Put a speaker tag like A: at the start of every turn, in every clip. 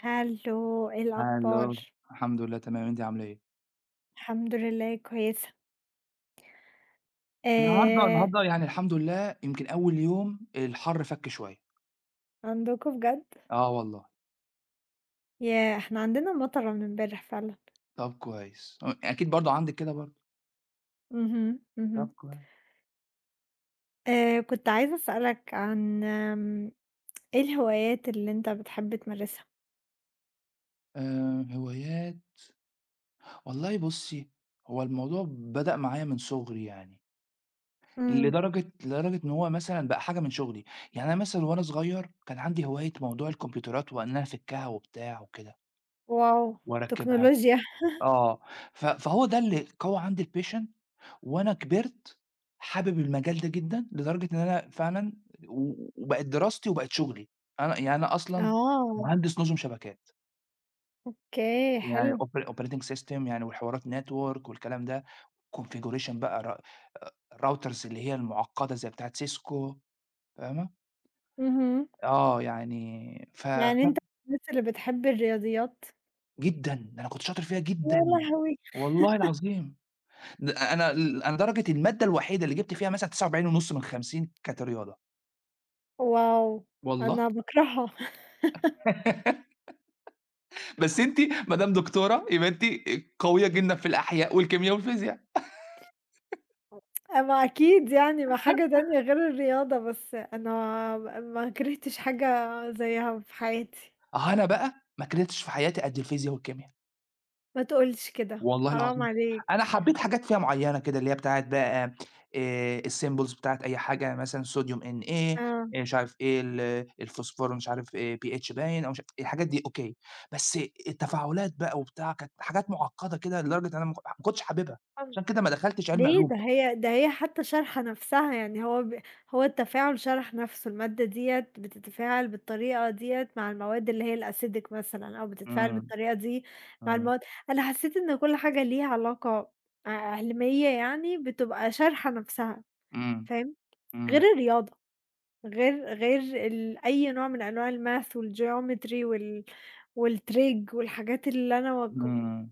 A: هالو، إيه
B: الو،
A: الأخبار؟
B: الحمد لله تمام، أنتِ عاملة إيه؟
A: الحمد لله كويسة.
B: النهارده
A: آآ
B: النهارده يعني الحمد لله يمكن أول يوم الحَر فَك شوية،
A: عندكم بجد؟
B: آه والله.
A: ياه! إحنا عندنا مطرة من امبارح فعلًا.
B: طَب كويس، أكيد برضه عندِك كده برضه.
A: اهم، اهم.
B: طَب كويس.
A: كنت عايزة أسألك عن إيه الهوايات اللي أنت بتحب تمارسها؟
B: هوايات، والله بُصّي، هو الموضوع بدأ معايا من صُغري يعني،
A: إمم،
B: لدرجة لدرجة إن هو مثلًا بقى حاجة من شُغلي. يعني أنا مثلًا وأنا صغير كان عندي هواية موضوع الكمبيوترات وإن أنا أفكّها وبتاع وكده
A: واو!
B: وأركّبها.
A: تكنولوجيا.
B: آه، فهو ده اللي قوّى عندي الpatient، وأنا كبرت حابب المجال ده جدًا، لدرجة إن أنا فعلًا وبقت دراستي وبقت شغلي. يعني أنا أصلًا
A: آه،
B: مهندس نظم شبكات،
A: أوكي
B: يعني
A: حلو.
B: operating system يعني والحوارات network والكلام ده، configuration بقى الrouters اللي هي المعقدة زي بتاعة سيسكو، فاهمة؟
A: اهم،
B: آه يعني ف
A: يعني
B: ف
A: أنت من الناس اللي بتحب الرياضيات؟
B: جدًا، ده أنا كنت شاطر فيها
A: يا
B: جدًا،
A: لهوي!
B: والله العظيم. ده أنا لدرجة المادة الوحيدة اللي جبت فيها مثلًا 49.5 من 50 كانت رياضة،
A: واو!
B: والله.
A: أنا باكرهها.
B: بس أنتِ ما دام دكتورة يبقى أنتِ قوية جدًا في الأحياء والكيميا والفيزياء.
A: ما أكيد يعني، ما حاجة تانية غير الرياضة، بس أنا ما كرهتش حاجة زيّها في حياتي،
B: أها، أنا بقى ما كرهتش في حياتي قد الفيزياء والكيميا،
A: ما تقولش كده،
B: والله
A: حرام
B: العظيم.
A: عليك.
B: أنا حبيت حاجات فيها معيّنة كده اللي هي بتاعة بقى، الsymbols بتاعة أي حاجة مثلًا صوديوم Na،
A: آه،
B: مش عارف إيه الفوسفور، مش عارف pH باين أو مش عارف إيه، الحاجات دي أوكي، بس التفاعلات بقى وبتاع كانت حاجات معقدة كده لدرجة إن أنا ما كنتش حاببها،
A: طب
B: عشان كده ما دخلتش علمي
A: ليه؟
B: علوم.
A: ده هي حتى شارحة نَفْسها، يعني هو التفاعل شرح نَفْسه، المادة ديّة بتتفاعل بالطريقة ديّة مع المواد اللي هي الacidic مثلًا أو بتتفاعل
B: إمم،
A: بالطريقة دي مع
B: إمم،
A: المواد أنا حسّيت إن كل حاجة ليها علاقة ع عِلمية يعني بتبقى شارحة نَفْسها،
B: إمم،
A: فاهم؟ غير الرياضة. غير أي نوع من أنواع الmath والgeometry والtrig والحاجات اللي أنا
B: إمم.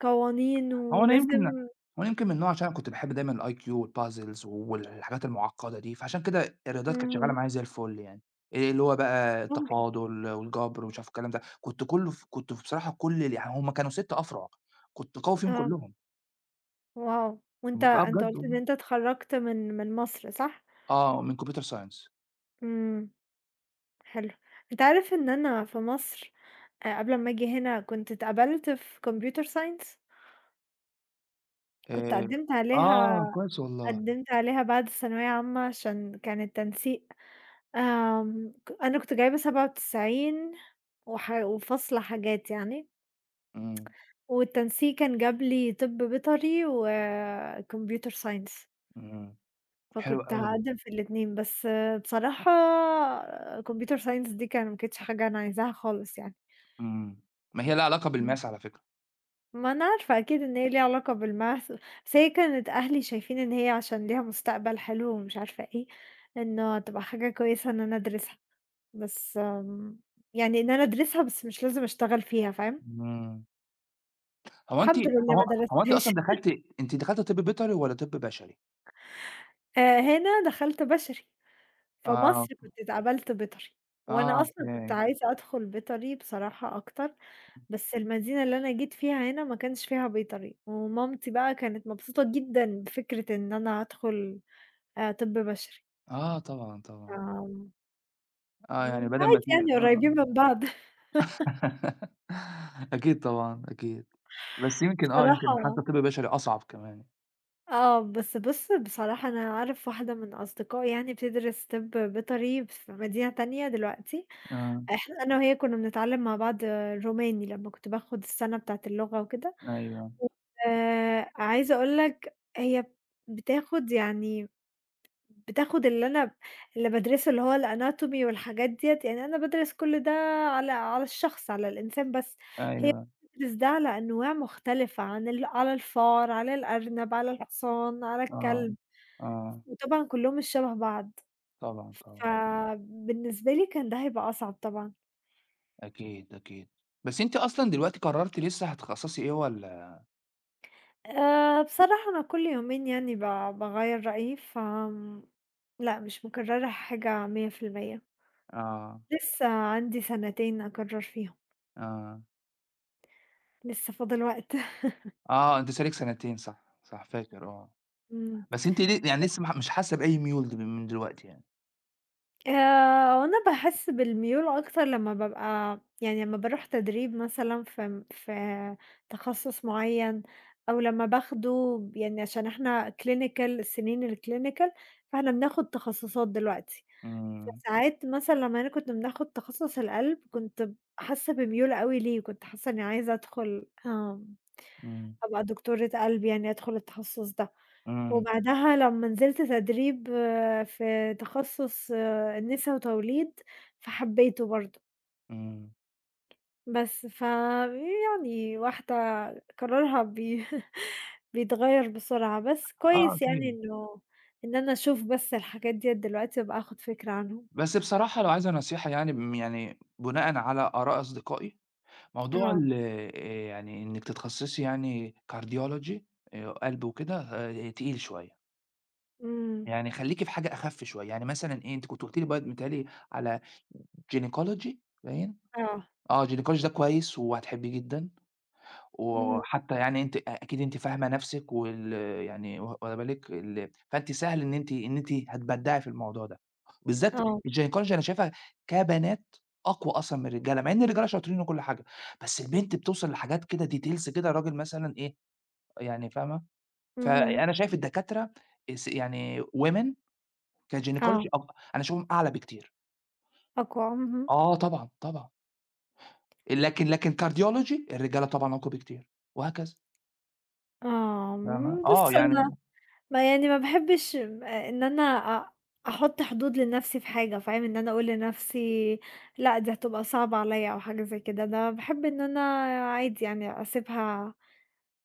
A: قوانين
B: هو أنا يمكن هو
A: ولازم
B: أنا يمكن من النوع عشان أنا كنت باحب دايمًا الIQ والpuzzles والحاجات المعقدة دي، فعشان كده الرياضيات كانت شغالة
A: اهم،
B: معايا زي الفل يعني. اللي هو بقى
A: ممكن
B: التفاضل والجبر ومش عارف الكلام ده، كنت كله ف كنت في بصراحة كل يعني هم كانوا 6 أفرع، كنت قوي فيهم
A: آه،
B: كلهم.
A: واو! وأنت
B: آه
A: أنت
B: بجد
A: قُلت إن
B: والله،
A: أنت اتخرّجت من مصر صح؟
B: آه، من computer science.
A: إمم، حلو. أنت عارف إن أنا في مصر، قبل أمّا آجي هنا كنت اتقبلت في computer science. كنت
B: آآ،
A: قدّمت
B: آه
A: عليها
B: كويس والله.
A: قدّمت عليها بعد الثانوية عامة عشان كان التنسيق، أنا كنت جايبة 97 وفاصلة حاجات يعني،
B: إمم،
A: والتنسيق كان جاب لي طِب بيطري وcomputer science.
B: إمم، حلو
A: فكنت
B: أوي،
A: هاقدّم في الاتنين، بس آه، بصراحة computer science دي كان ما كانتش حاجة أنا عايزاها خالص يعني.
B: إمم. ما هي ليها علاقة
A: إمم.
B: بالmath على فكرة.
A: ما أنا عارفة أكيد إن هي ليها علاقة بالmath، بس هي كانت أهلي شايفين إن هي عشان ليها مستقبل حلو ومش عارفة إيه، إنه هتبقى حاجة كويسة إن أنا أدرسها. بس يعني إن أنا أدرسها بس مش لازم أشتغل فيها فاهم؟
B: إمم. هو أنتِ
A: الحمد لله ما
B: هو هو أنتِ
A: درستهاش.
B: أصلًا دخلتِ أنتِ دخلتِ طِب بيطري والّا طِب بشري؟
A: هنا دخلت بشري،
B: آه،
A: فمصر كنت اتقبلت بيطري،
B: آه،
A: وأنا أصلًا كنت
B: أوكي.
A: عايزة أدخل بيطري بصراحة أكتر، بس المدينة اللي أنا جيت فيها هنا ما كانش فيها بيطري، ومامتي بقى كانت مبسوطة جدًا بفكرة إن أنا هادخل طب بشري،
B: آه طبعًا،
A: ف
B: طبعًا. آه، يعني بدل ما
A: عادي
B: تيجي
A: يعني
B: آه.
A: قريبين من بعض.
B: أكيد طبعًا، أكيد. بس يمكن
A: بصراحة
B: حتى طِب بشري أصعب كمان.
A: آه، بس بُص بصراحة أنا أعرف واحدة من أصدقائي يعني بتدرس طِب بيطري في مدينة تانية دلوقتي،
B: آه،
A: إحنا أنا وهي كنا بنتعلم مع بعض روماني لمّا كنت باخد السنة بتاعة اللغة وكده.
B: أيوه،
A: عايزة أقول لك هي بتاخد يعني بتاخد اللي بادرسه اللي هو الanatomy والحاجات ديّة، يعني أنا بادرس كل ده على الشخص، على الإنسان بس، هي
B: أيوه.
A: بتدرس ده على أنواع مختلفة عن على الفار، على الأرنب، على الحصان، على
B: آه،
A: الكلب.
B: آه.
A: وطبعًا كلّهم مش شبه بعض،
B: طبعًا، طبعًا.
A: فبالنسبة لي كان ده هيبقى أصعب طبعًا.
B: أكيد، أكيد. بس أنتِ أصلًا دلوقتي قررتِ لسه هتتخصصي إيه والّا
A: بصراحة أنا كل يومين يعني باغيّر رأيي، لأ مش مكرّرة حاجة 100%،
B: آه،
A: لسه عندي سنتين أقرّر فيهم،
B: آه.
A: لسه فاضل وقت.
B: آه، أنتِ صار لِك سنتين صح، صح فاكر آه.
A: إمم.
B: بس أنتِ يعني لسه مش حاسة بأي ميول من دلوقتي يعني؟
A: هو أنا باحس بالميول أكتر لمّا بابقى يعني لمّا باروح تدريب مثلًا في تخصص معيّن أو لمّا باخده، يعني عشان إحنا clinical، السنين الclinical فإحنا بناخد تخصصات دلوقتي.
B: إمم،
A: فساعات مثلًا لمّا أنا كنت بناخد تخصُص القلب، كنت حاسة بميول أوي ليه، كنت حاسة إني عايزة أدخل
B: إمم،
A: أبقى دكتورة قلب يعني أدخل التخصُص ده،
B: إمم،
A: وبعدها لمّا نزلت تدريب آه، في تخصُص نسا وتوليد، فحبيته برضه،
B: إمم.
A: بس فيعني واحدة قرارها بيتغيّر بسرعة، بس
B: آه
A: كويس يعني
B: أكيد.
A: إن أنا أشوف بس الحاجات ديّة دلوقتي وأبقى آخد فكرة عنهم.
B: بس بصراحة لو عايزة نصيحة يعني يعني بناءً على آراء أصدقائي، موضوع
A: آه،
B: ال يعني إنِّك تتخصصي يعني cardiology، قلب وكده تقيل شوية.
A: إمم،
B: يعني خلّيكِ في حاجة أخَف شوية، يعني مثلًا إيه، أنتِ كنتِ قُلتِ لي بقى متهيأ لي على gynecology باين؟
A: آه.
B: آه، gynecology ده كويس وهتحبيه جدًا.
A: اهم،
B: وحتى يعني أنتِ أكيد أنتِ فاهمة نَفْسِك يعني واخدة بالِك فأنتِ سهل إن أنتِ هتبدّعي في الموضوع ده. بالذات
A: آه،
B: الجينيكولوجيا أنا شايفها كبنات أقوى أصلًا من الرجالة، مع إن الرجالة شاطرين وكل حاجة، بس البنت بتوصل لحاجات كده details كده الراجل مثلًا إيه، يعني فاهمة؟
A: اهم،
B: فأنا شايف الدكاترة يعني women كGynecology،
A: آه،
B: أنا شايفهم أعلى بكتير.
A: أقوى، اهم،
B: آه طبعًا، طبعًا، لكن Cardiology الرجالة طبعًا أقوى بكتير، وهكذا،
A: آه،
B: فاهمة؟ آه
A: بُص أنا
B: يعني.
A: ما باحبش إن أنا أحُط حدود لنَفْسي في حاجة، فاهم، إن أنا أقول لنَفْسي لأ دي هتبقى صعبة عليَّ أو حاجة زي كده، أنا باحب إن أنا عادي يعني أسيبها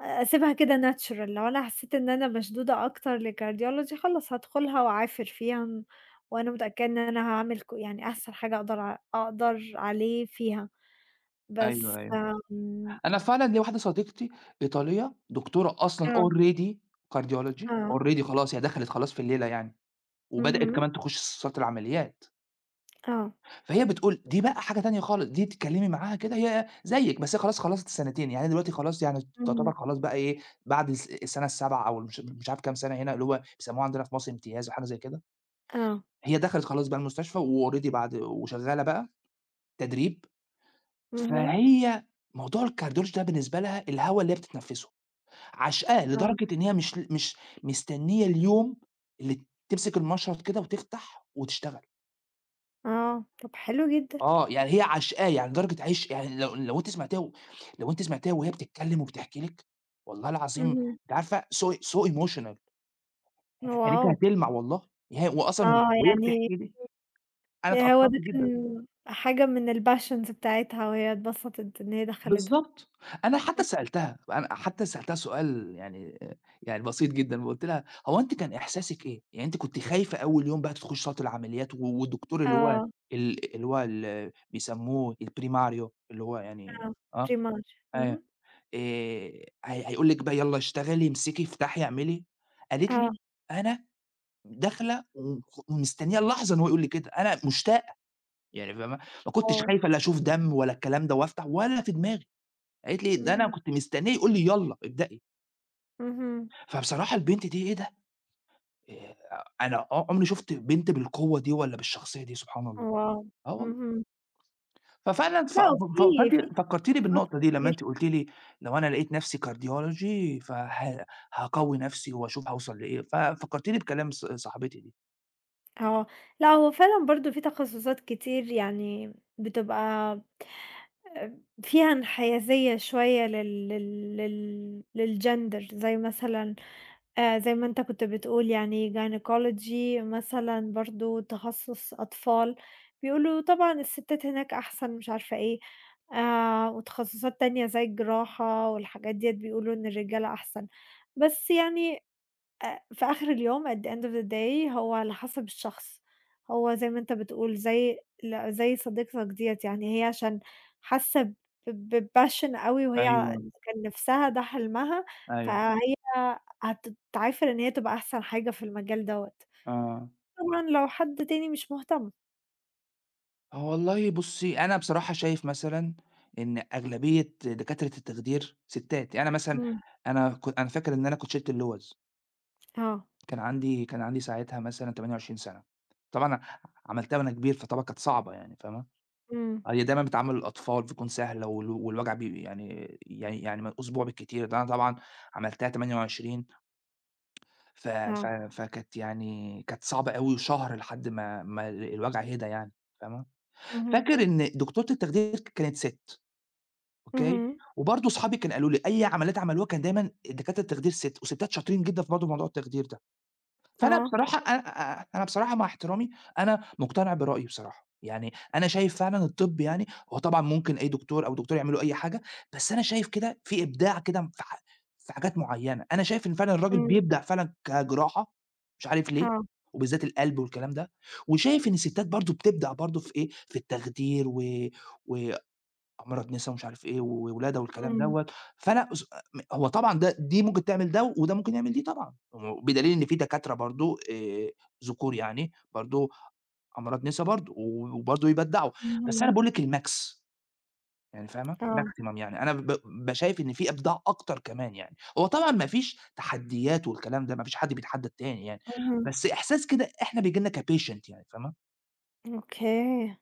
A: أسيبها كده natural، لو أنا حسيت إن أنا مشدودة أكتر لcardiology خلاص هادخلها وأعافر فيها وأنا متأكدة إن أنا هاعمل يعني أحسن حاجة أقدر عليه فيها،
B: أيوه،
A: بس
B: أيوه. أنا فعلًا ليّا واحدة صديقتي إيطالية، دكتورة أصلًا
A: آه.
B: already cardiology
A: آه،
B: already، خلاص هي دخلت خلاص في الليلة يعني، وبدأت
A: اهم،
B: كمان تخش الصالات العمليات.
A: آه،
B: فهي بتقول دي بقى حاجة تانية خالص، دي تتكلمي معاها كده هي زيِّك، بس هي خلاص خلصت السنتين، يعني هي دلوقتي خلاص يعني تعتبر
A: اهم،
B: خلاص بقى إيه، بعد السنة السابعة أو مش عارف كام سنة هنا اللي هو بيسموها عندنا في مصر امتياز أو حاجة زي كده.
A: آه،
B: هي دخلت خلاص بقى المستشفى وalready بعد وشغالة بقى تدريب.
A: اهم.
B: فهي موضوع الcardiology ده بالنسبة لها الهوا اللي هي بتتنفسه. عشقاه
A: آه،
B: لدرجة إن هي مش مستنية اليوم اللي تمسك المشرط كده وتفتح وتشتغل.
A: آه، طب حلو جدًا،
B: آه، يعني هي عشقاه يعني لدرجة عشق يعني، لو أنتِ سمعتيها وهي بتتكلم وبتحكي لِك، والله العظيم
A: اهم،
B: أنتِ عارفة so emotional، عينيكِ
A: واو!
B: هتلمع والله، وأصلًا
A: آه،
B: وهي
A: يعني
B: بتحكي لِك أنا
A: هو
B: اتأثرت
A: ده
B: جدًا.
A: كان حاجة من الpassions بتاعتها وهي اتبسطت إن هي دخلته.
B: بالضبط. أنا حتى سألتها سؤال يعني يعني بسيط جدًا، وقُلت لها: "هو أنتِ كان إحساسِك إيه؟ يعني أنتِ كنتِ خايفة أول يوم بقى تخشي صالة العمليات والدكتور اللي هو
A: آه،
B: اللي هو بيسموه الprimario اللي هو يعني
A: آه،
B: آه،
A: pre-match
B: أيوه،
A: اهم،
B: آآ هيقول لِك بقى يالّا اشتغلي، امسكي، افتحي، اعملي." قالت لي:
A: آه،
B: "أنا داخلة ومستنية اللحظة إن هو يقول لي كده، أنا مشتاقة." يعني فاهمة؟ ما كنتش
A: آه،
B: خايفة لا أشوف دم ولا الكلام ده وأفتح ولا في دماغي. قالت لي: "ده أنا
A: اهم،
B: كنت مستنية يقول لي يالّا ابدئي."
A: اهم،
B: فبصراحة البنت دي إيه ده، أنا عمري شُفت بنت بالقوة دي والّا بالشخصية دي سبحان الله،
A: واو!
B: آه والله.
A: اهم،
B: ففعلًا
A: لأ
B: ف
A: وفي في
B: فأنتِ فكّرتيني
A: تخصصات
B: بالنقطة دي لمّا
A: كتير
B: أنتِ قُلتِ لي لو أنا لقيت نفسي cardiology هاقوّي نفسي وأشوف هاوصل لإيه، ففكّرتيني بكلام صاحبتي دي.
A: آه، لأ هو فعلًا برضه في تخصصات كتير يعني بتبقى فيها انحيازية شوية لل للgender زي مثلًا زي ما أنت كنت بتقول، يعني gynecology مثلًا، برضه تخصُّص أطفال، بيقولوا طبعًا الستات هناك أحسن مش عارفة إيه، وتخصُّصات تانية زي الجراحة والحاجات ديّة بيقولوا إن الرجالة أحسن، بس يعني في آخر اليوم at the end of the day هو على حسب الشخص، هو زي ما أنت بتقول زي زي صديقتك ديّة يعني هي عشان حاسة ب بpassion أوي وهي
B: أيوه،
A: كان نِفْسها ده حلمها،
B: أيوه،
A: فهي هتتعافر إن هي تبقى أحسن حاجة في المجال دوّة.
B: آه.
A: طبعًا لو حد تاني مش مهتم.
B: والله بُصّي، أنا بصراحة شايف مثلًا إن أغلبية دكاترة التخدير ستّات، يعني أنا مثلًا،
A: إمم،
B: أنا فاكر إن أنا كنت شِلت اللوز.
A: آه،
B: كان عندي ساعتها مثلًا 28 سَنة. طبعًا عملتها وأنا كبير، فطبعًا كانت صعبة يعني فاهمة؟
A: إمم،
B: هي دايمًا بتعامل الأطفال بتكون سهلة والوجع يعني أسبوع بالكتير، ده أنا طبعًا عملتها 28، ف ف
A: آه،
B: فكانت يعني كانت صعبة أوي، شهر لحد ما ما ال الوجع هدا يعني، فاهمة؟
A: اهم،
B: فاكر إن دكتورة التخدير كانت سِت، أوكي،
A: اهم،
B: وبرضه أصحابي كانوا قالوا لي أي عمليات عملوها كان دايمًا دكاترة التخدير سِت، وسِتّات شاطرين جدًا في برضه موضوع التخدير ده. فأنا
A: آه،
B: بصراحة أ أ أنا بصراحة مع احترامي، أنا مقتنع برأيي بصراحة، يعني أنا شايف فعلًا الطب يعني هو طبعًا ممكن أي دكتور أو دكتورة يعملوا أي حاجة، بس أنا شايف كده في إبداع كده في في حاجات معيّنة، أنا شايف إن فعلًا الراجل
A: إمم،
B: بيبدع فعلًا كجراحة، مش عارف ليه،
A: آه،
B: وبالذات القلب والكلام ده. وشايف إن الستات برضه بتبدع برضه في إيه، في التخدير و مرض نسا ومش عارف إيه، وولادة والكلام
A: إمم،
B: دوّة. فأنا هو طبعًا ده دي ممكن تعمل ده، وده ممكن يعمل دي طبعًا، بدليل إن في دكاترة برضه ذكور يعني، برضه أمراض نسا برضه، وبرضه يبدعوا. بس أنا
A: اهم،
B: باقول لِك الmax، يعني فاهمة،
A: آه،
B: maximum، يعني أنا ب ب شايف إن في إبداع أكتر كمان يعني، هو طبعًا ما فيش تحديات والكلام ده، ما فيش حد بيتحدى التاني يعني،
A: اهم،
B: بس إحساس كده إحنا بييجي لنا كpatient يعني فاهمة،
A: أوكي،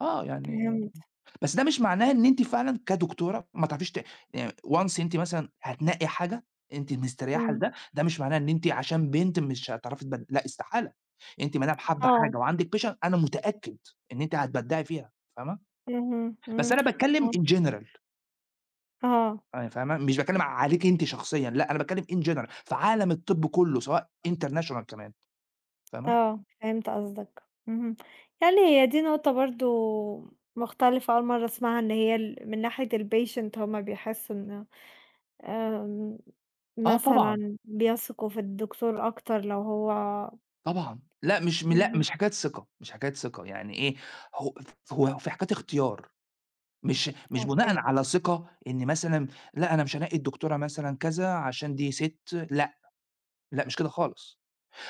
B: آه يعني.
A: فهمت،
B: بس ده مش معناه إن أنتِ فعلًا كدكتورة ما تعرفيش once أنتِ مثلًا هتنقّي حاجة أنتِ مستريحة
A: إمم.
B: لده، ده مش معناه إن أنتِ عشان بنت مش هتعرفي لأ استحالة. أنتِ ما دام حابة حاجة
A: آه،
B: وعندِك passion أنا متأكد إن أنتِ هتبدعي فيها، فاهمة؟
A: اهم، إمم،
B: بس أنا باتكلم
A: آه،
B: in general،
A: آه،
B: فاهمة؟ مش باتكلم عليكِ أنتِ شخصيًا، لأ أنا باتكلم in general في عالم الطب كله سواء international كمان، فاهمة؟
A: آه، فهمت قصدك، اهم، يعني هي دي نقطة برضه مختلفة أول مرّة أسمعها إن هي ال من ناحية الpatient هُم بيحسّوا إن، آمم،
B: آه طبعًا،
A: مثلًا بيثقوا في الدكتور أكتر لو هو
B: طبعًا، لأ مش م لأ
A: اهم،
B: مش حكاية ثقة، مش حكاية ثقة، يعني إيه هو. ف هو في حكاية اختيار. مش بناءً
A: أوكي،
B: على ثقة إن مثلًا، لأ، أنا مش هانقّي الدكتورة مثلًا كذا عشان دي سِت، لأ، لأ مش كده خالص،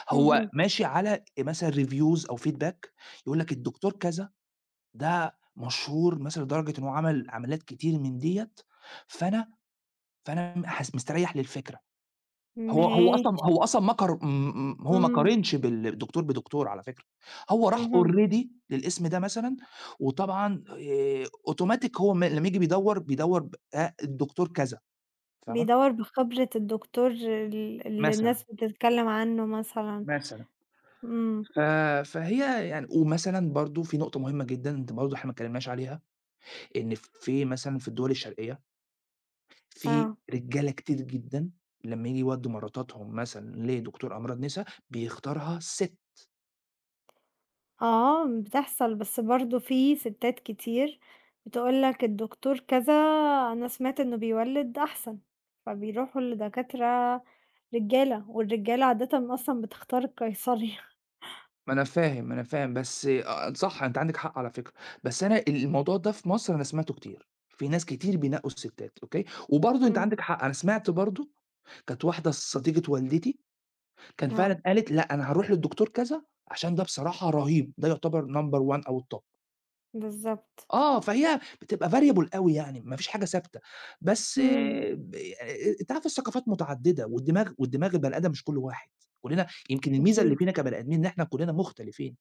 B: هو
A: اهم،
B: ماشي على مثلًا reviews أو feedback، يقول لك الدكتور كذا ده مشهور مثلًا لدرجة إن هو عمل عمليات كتير من ديّة، فأنا فأنا م حاس مستريّح للفكرة. هو هو أصلًا
A: ماشي،
B: هو أصلًا ما قار م هو ما
A: إمم،
B: قارنش دكتور بدكتور على فكرة، هو راح
A: اهم،
B: already للاسم ده مثلًا، وطبعًا automatic هو لمّا ييجي بيدوّر، بيدوّر ب الدكتور كذا فاهمة،
A: بيدوّر بخبرة الدكتور اللي
B: مثلًا،
A: الناس بتتكلّم عنّه مثلًا،
B: مثلًا
A: إمم،
B: ف فهي يعني، ومثلًا برضه في نقطة مهمة جدًا أنت برضه إحنا ما اتكلمناش عليها، إن في مثلًا في الدول الشرقية في
A: آه.
B: رجالة كتير جدًا لمّا ييجي يودّوا مراتاتهم مثلًا لدكتور أمراض نسا بيختارها ست.
A: آه، بتحصل بس برضه في ستات كتير بتقول لك الدكتور كذا أنا سمعت إنه بيولد أحسن، فبيروحوا لدكاترة رجالة، والرجالة عادةً أصلًا بتختار القيصري.
B: ما أنا فاهم، ما أنا فاهم، بس آه صح، أنت عندِك حق على فكرة، بس أنا الموضوع ده في مصر أنا سمعته كتير، في ناس كتير بينقّوا الستات، أوكي، وبرضه أنت
A: إمم،
B: عندِك حق، أنا سمعت برضه كانت واحدة صديقة والدتي، كان
A: آه،
B: فعلًا قالت لأ، أنا هاروح للدكتور كذا عشان ده بصراحة رهيب، ده يعتبر number one أو الtop.
A: بالضبط،
B: آه، فهي بتبقى variable أوي يعني، ما فيش حاجة ثابتة، بس
A: إمم،
B: آه، ب أنت عارف الثقافات متعددة والدماغ البني آدم مش كُلّه واحد، كُلّنا يمكن الميزة اللي
A: أكيد،
B: فينا كبني آدمين إن إحنا كُلّنا مختلفين.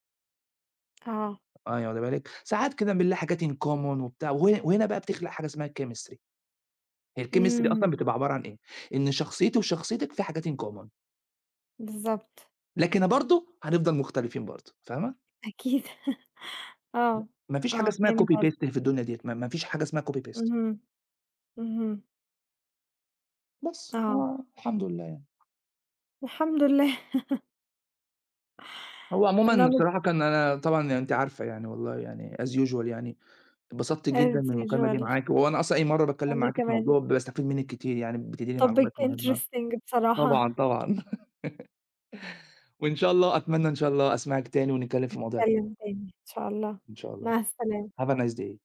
A: آه،
B: آه، واخدة بالِك، ساعات كده بنلاقي حاجات in common وبتاع، وهنا بقى بتخلق حاجة اسمها الchemistry، هي الchemistry
A: إمم،
B: أصلًا بتبقى عبارة عن إيه، إن شخصيتي وشخصيتك في حاجات in common،
A: بالضبط،
B: لكن برضه هنفضل مختلفين برضه، فاهمة؟
A: أكيد، آه،
B: ما فيش حاجة
A: آه،
B: اسمها
A: فهمت
B: copy
A: قصدك،
B: paste في الدنيا ديّة، ما فيش حاجة اسمها copy paste،
A: اهم، اهم،
B: بس
A: آه،
B: هو الحمد لله يعني.
A: الحمد لله.
B: هو
A: أنا
B: عمومًا بصراحة، كان أنا طبعًا يعني أنتِ عارفة يعني والله يعني as usual يعني، اتبسطت جدًا
A: as
B: من المكالمة دي
A: usual
B: معاكِ، وهو أنا أصلًا أي مرّة باتكلم
A: أنا
B: معاكِ في
A: كمان
B: موضوع باستفيد منِّك كتير يعني، بتدّيني
A: topic
B: معلومات مهمة.
A: interesting
B: طبعًا،
A: بصراحة.
B: طبعًا. وإن شاء الله أتمنى إن شاء الله أسمعِك تاني ونتكلم في مواضيع تانية،
A: نتكلم تاني إن شاء الله،
B: إن شاء الله.
A: مع السلامة.
B: Have a nice day.